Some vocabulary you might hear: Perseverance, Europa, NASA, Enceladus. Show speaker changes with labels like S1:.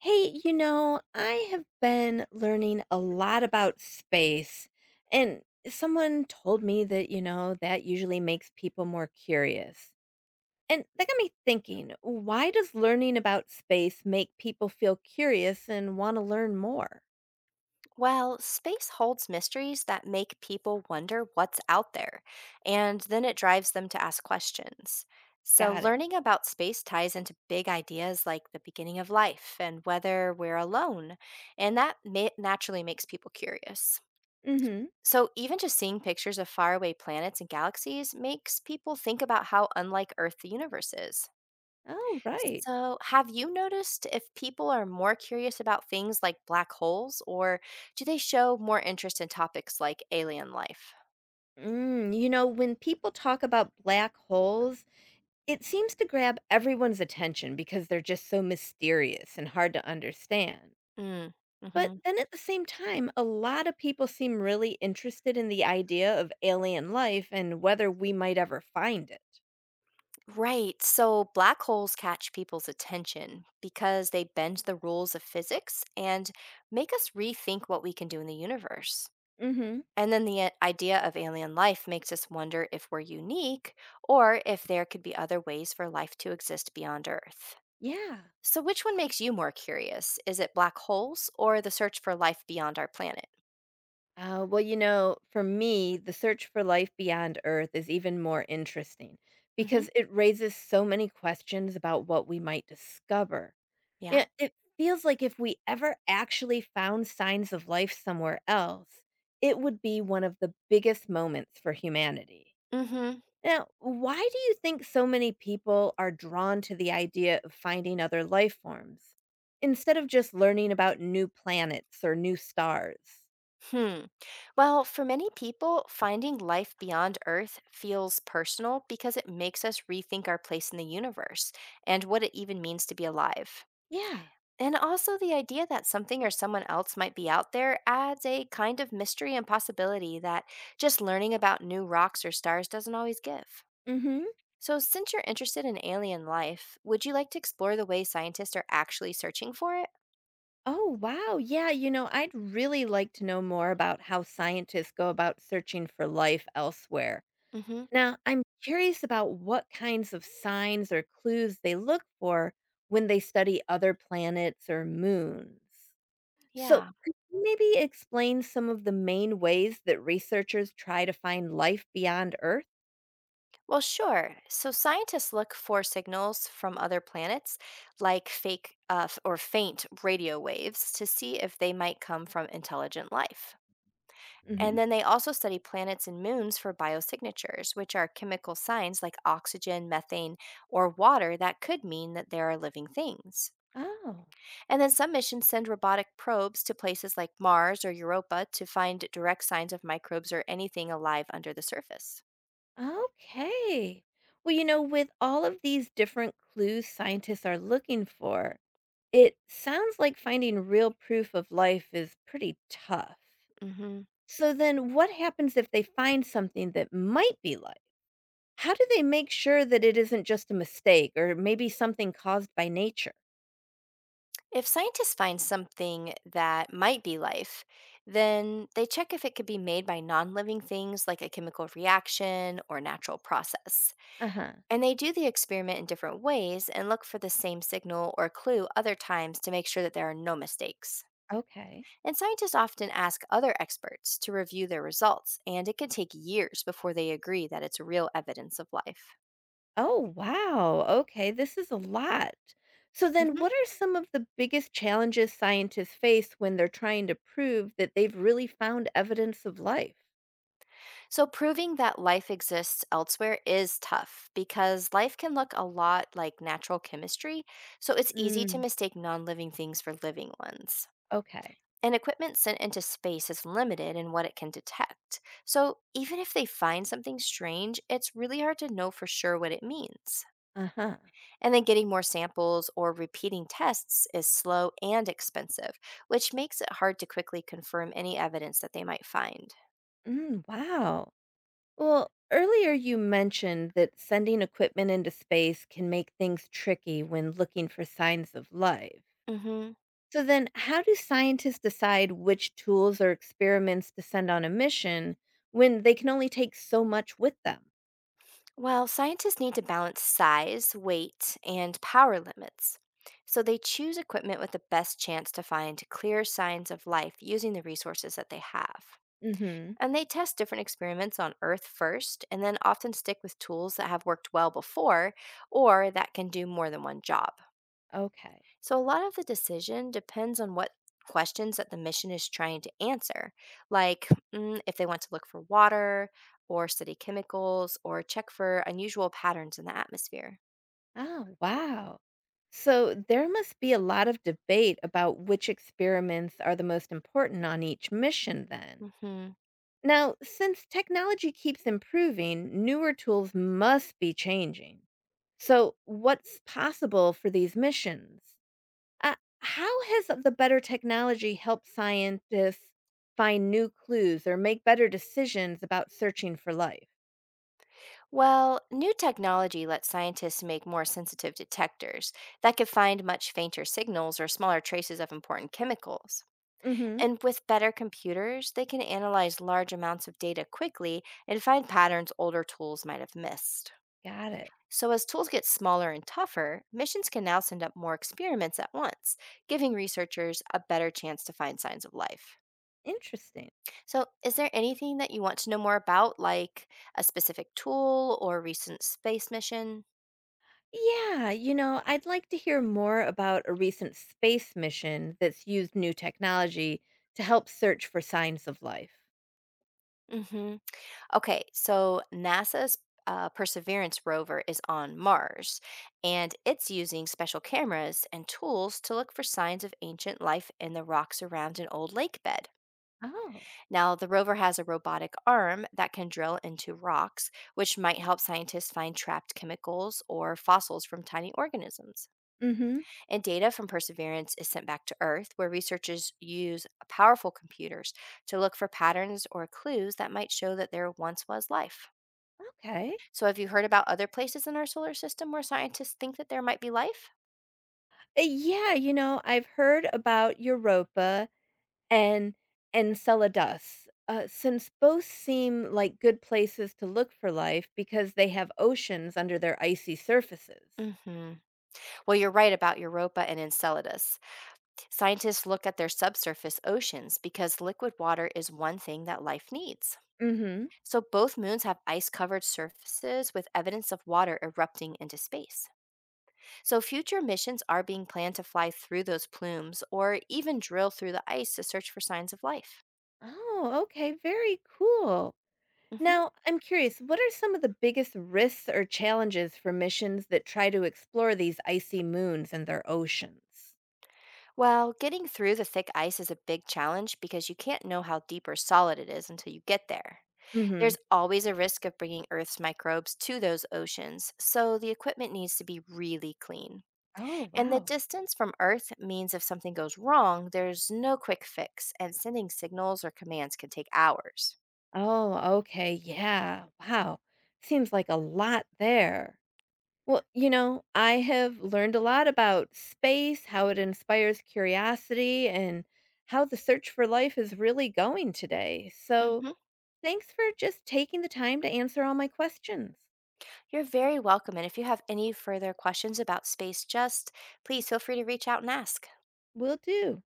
S1: Hey, I have been learning a lot about space, and someone told me that usually makes people more curious. And that got me thinking, why does learning about space make people feel curious and want to learn more?
S2: Well, space holds mysteries that make people wonder what's out there, and then it drives them to ask questions. So,
S1: Got it.
S2: learning about space ties into big ideas like the beginning of life and whether we're alone, and naturally makes people curious.
S1: Mm-hmm.
S2: So, even just seeing pictures of faraway planets and galaxies makes people think about how unlike Earth the universe is.
S1: Oh, right.
S2: So, have you noticed if people are more curious about things like black holes, or do they show more interest in topics like alien life?
S1: When people talk about black holes, it seems to grab everyone's attention because they're just so mysterious and hard to understand.
S2: Mm,
S1: But
S2: hmm.
S1: then at the same time, a lot of people seem really interested in the idea of alien life and whether we might ever find it.
S2: Right. So, black holes catch people's attention because they bend the rules of physics and make us rethink what we can do in the universe.
S1: Mm-hmm.
S2: And then the idea of alien life makes us wonder if we're unique or if there could be other ways for life to exist beyond Earth.
S1: Yeah.
S2: So, which one makes you more curious? Is it black holes or the search for life beyond our planet?
S1: Well, for me, the search for life beyond Earth is even more interesting
S2: Hmm.
S1: because it raises so many questions about what we might discover.
S2: Yeah.
S1: It feels like if we ever actually found signs of life somewhere else, it would be one of the biggest moments for humanity.
S2: Hmm.
S1: Now, why do you think so many people are drawn to the idea of finding other life forms instead of just learning about new planets or new stars?
S2: Hmm. Well, for many people, finding life beyond Earth feels personal because it makes us rethink our place in the universe and what it even means to be alive.
S1: Yeah.
S2: And also, the idea that something or someone else might be out there adds a kind of mystery and possibility that just learning about new rocks or stars doesn't always give.
S1: Mhm.
S2: So, since you're interested in alien life, would you like to explore the way scientists are actually searching for it?
S1: Oh, wow. Yeah, I'd really like to know more about how scientists go about searching for life elsewhere.
S2: Hmm.
S1: Now, I'm curious about what kinds of signs or clues they look for when they study other planets or moons. So,
S2: Yeah.
S1: could you maybe explain some of the main ways that researchers try to find life beyond Earth?
S2: Well, sure. So, scientists look for signals from other planets, like or faint radio waves, to see if they might come from intelligent life. And
S1: Hmm.
S2: then they also study planets and moons for biosignatures, which are chemical signs like oxygen, methane, or water that could mean that there are living things.
S1: Oh,
S2: And then some missions send robotic probes to places like Mars or Europa to find direct signs of microbes or anything alive under the surface.
S1: okay. Well, with all of these different clues scientists are looking for, it sounds like finding real proof of life is pretty tough.
S2: Hmm.
S1: So, then what happens if they find something that might be life? How do they make sure that it isn't just a mistake or maybe something caused by nature?
S2: If scientists find something that might be life, then they check if it could be made by non living things like a chemical reaction or natural process.
S1: Uh huh.
S2: And they do the experiment in different ways and look for the same signal or clue other times to make sure that there are no mistakes.
S1: Okay.
S2: And scientists often ask other experts to review their results, and it can take years before they agree that it's real evidence of life.
S1: Oh, wow. Okay, this is a lot. So, then
S2: Hmm.
S1: what are some of the biggest challenges scientists face when they're trying to prove that they've really found evidence of life?
S2: So, proving that life exists elsewhere is tough because life can look a lot like natural chemistry, so it's easy to
S1: Mm.
S2: mistake non living things for living ones.
S1: Okay.
S2: And equipment sent into space is limited in what it can detect. So, even if they find something strange, it's really hard to know for sure what it means.
S1: Uh huh.
S2: And then getting more samples or repeating tests is slow and expensive, which makes it hard to quickly confirm any evidence that they might find.
S1: Mm, wow. Well, earlier you mentioned that sending equipment into space can make things tricky when looking for signs of life.
S2: Hmm.
S1: So, then how do scientists decide which tools or experiments to send on a mission when they can only take so much with them?
S2: Well, scientists need to balance size, weight, and power limits. So they choose equipment with the best chance to find clear signs of life using the resources that they have.
S1: Mm-hmm.
S2: And they test different experiments on Earth first, and then often stick with tools that have worked well before or that can do more than one job.
S1: Okay.
S2: So, a lot of the decision depends on what questions that the mission is trying to answer, like if they want to look for water or study chemicals or check for unusual patterns in the atmosphere.
S1: Oh, wow. So there must be a lot of debate about which experiments are the most important on each mission, then.
S2: Hmm.
S1: Now, since technology keeps improving, newer tools must be changing. So, what's possible for these missions? How has the better technology helped scientists find new clues or make better decisions about searching for life?
S2: Well, new technology lets scientists make more sensitive detectors that could find much fainter signals or smaller traces of important chemicals.
S1: Mm hmm.
S2: And with better computers, they can analyze large amounts of data quickly and find patterns older tools might have missed.
S1: Got it.
S2: So, as tools get smaller and tougher, missions can now send up more experiments at once, giving researchers a better chance to find signs of life.
S1: Interesting.
S2: So, is there anything that you want to know more about, like a specific tool or recent space mission?
S1: Yeah, I'd like to hear more about a recent space mission that's used new technology to help search for signs of life.
S2: Hmm. Okay, so NASA's Perseverance rover is on Mars, and it's using special cameras and tools to look for signs of ancient life in the rocks around an old lake bed.
S1: Oh,
S2: Now, the rover has a robotic arm that can drill into rocks, which might help scientists find trapped chemicals or fossils from tiny organisms.
S1: mm, Mhm,
S2: And data from Perseverance is sent back to Earth, where researchers use powerful computers to look for patterns or clues that might show that there once was life.
S1: okay.
S2: So, have you heard about other places in our solar system where scientists think that there might be life?
S1: Yeah, I've heard about Europa and Enceladus. Since both seem like good places to look for life because they have oceans under their icy surfaces.
S2: Hmm. Well, you're right about Europa and Enceladus. Scientists look at their subsurface oceans because liquid water is one thing that life needs.
S1: Mm, Mhm.
S2: So both moons have ice covered surfaces with evidence of water erupting into space. So future missions are being planned to fly through those plumes or even drill through the ice to search for signs of life.
S1: Oh, okay, very cool.
S2: Mhm.
S1: Now, I'm curious, what are some of the biggest risks or challenges for missions that try to explore these icy moons and their oceans?
S2: Well, getting through the thick ice is a big challenge because you can't know how deep or solid it is until you get there. There's
S1: Hmm.
S2: always a risk of bringing Earth's microbes to those oceans, so the equipment needs to be really clean.
S1: Oh,
S2: And the
S1: wow.
S2: distance from Earth means if something goes wrong, there's no quick fix, and sending signals or commands can take hours.
S1: Oh, okay. Yeah. Wow. Seems like a lot there. Well, I have learned a lot about space, how it inspires curiosity, and how the search for life is really going today. So,
S2: Hmm.
S1: thanks for just taking the time to answer all my questions.
S2: You're very welcome. And if you have any further questions about space, just please feel free to reach out and ask.
S1: Will do.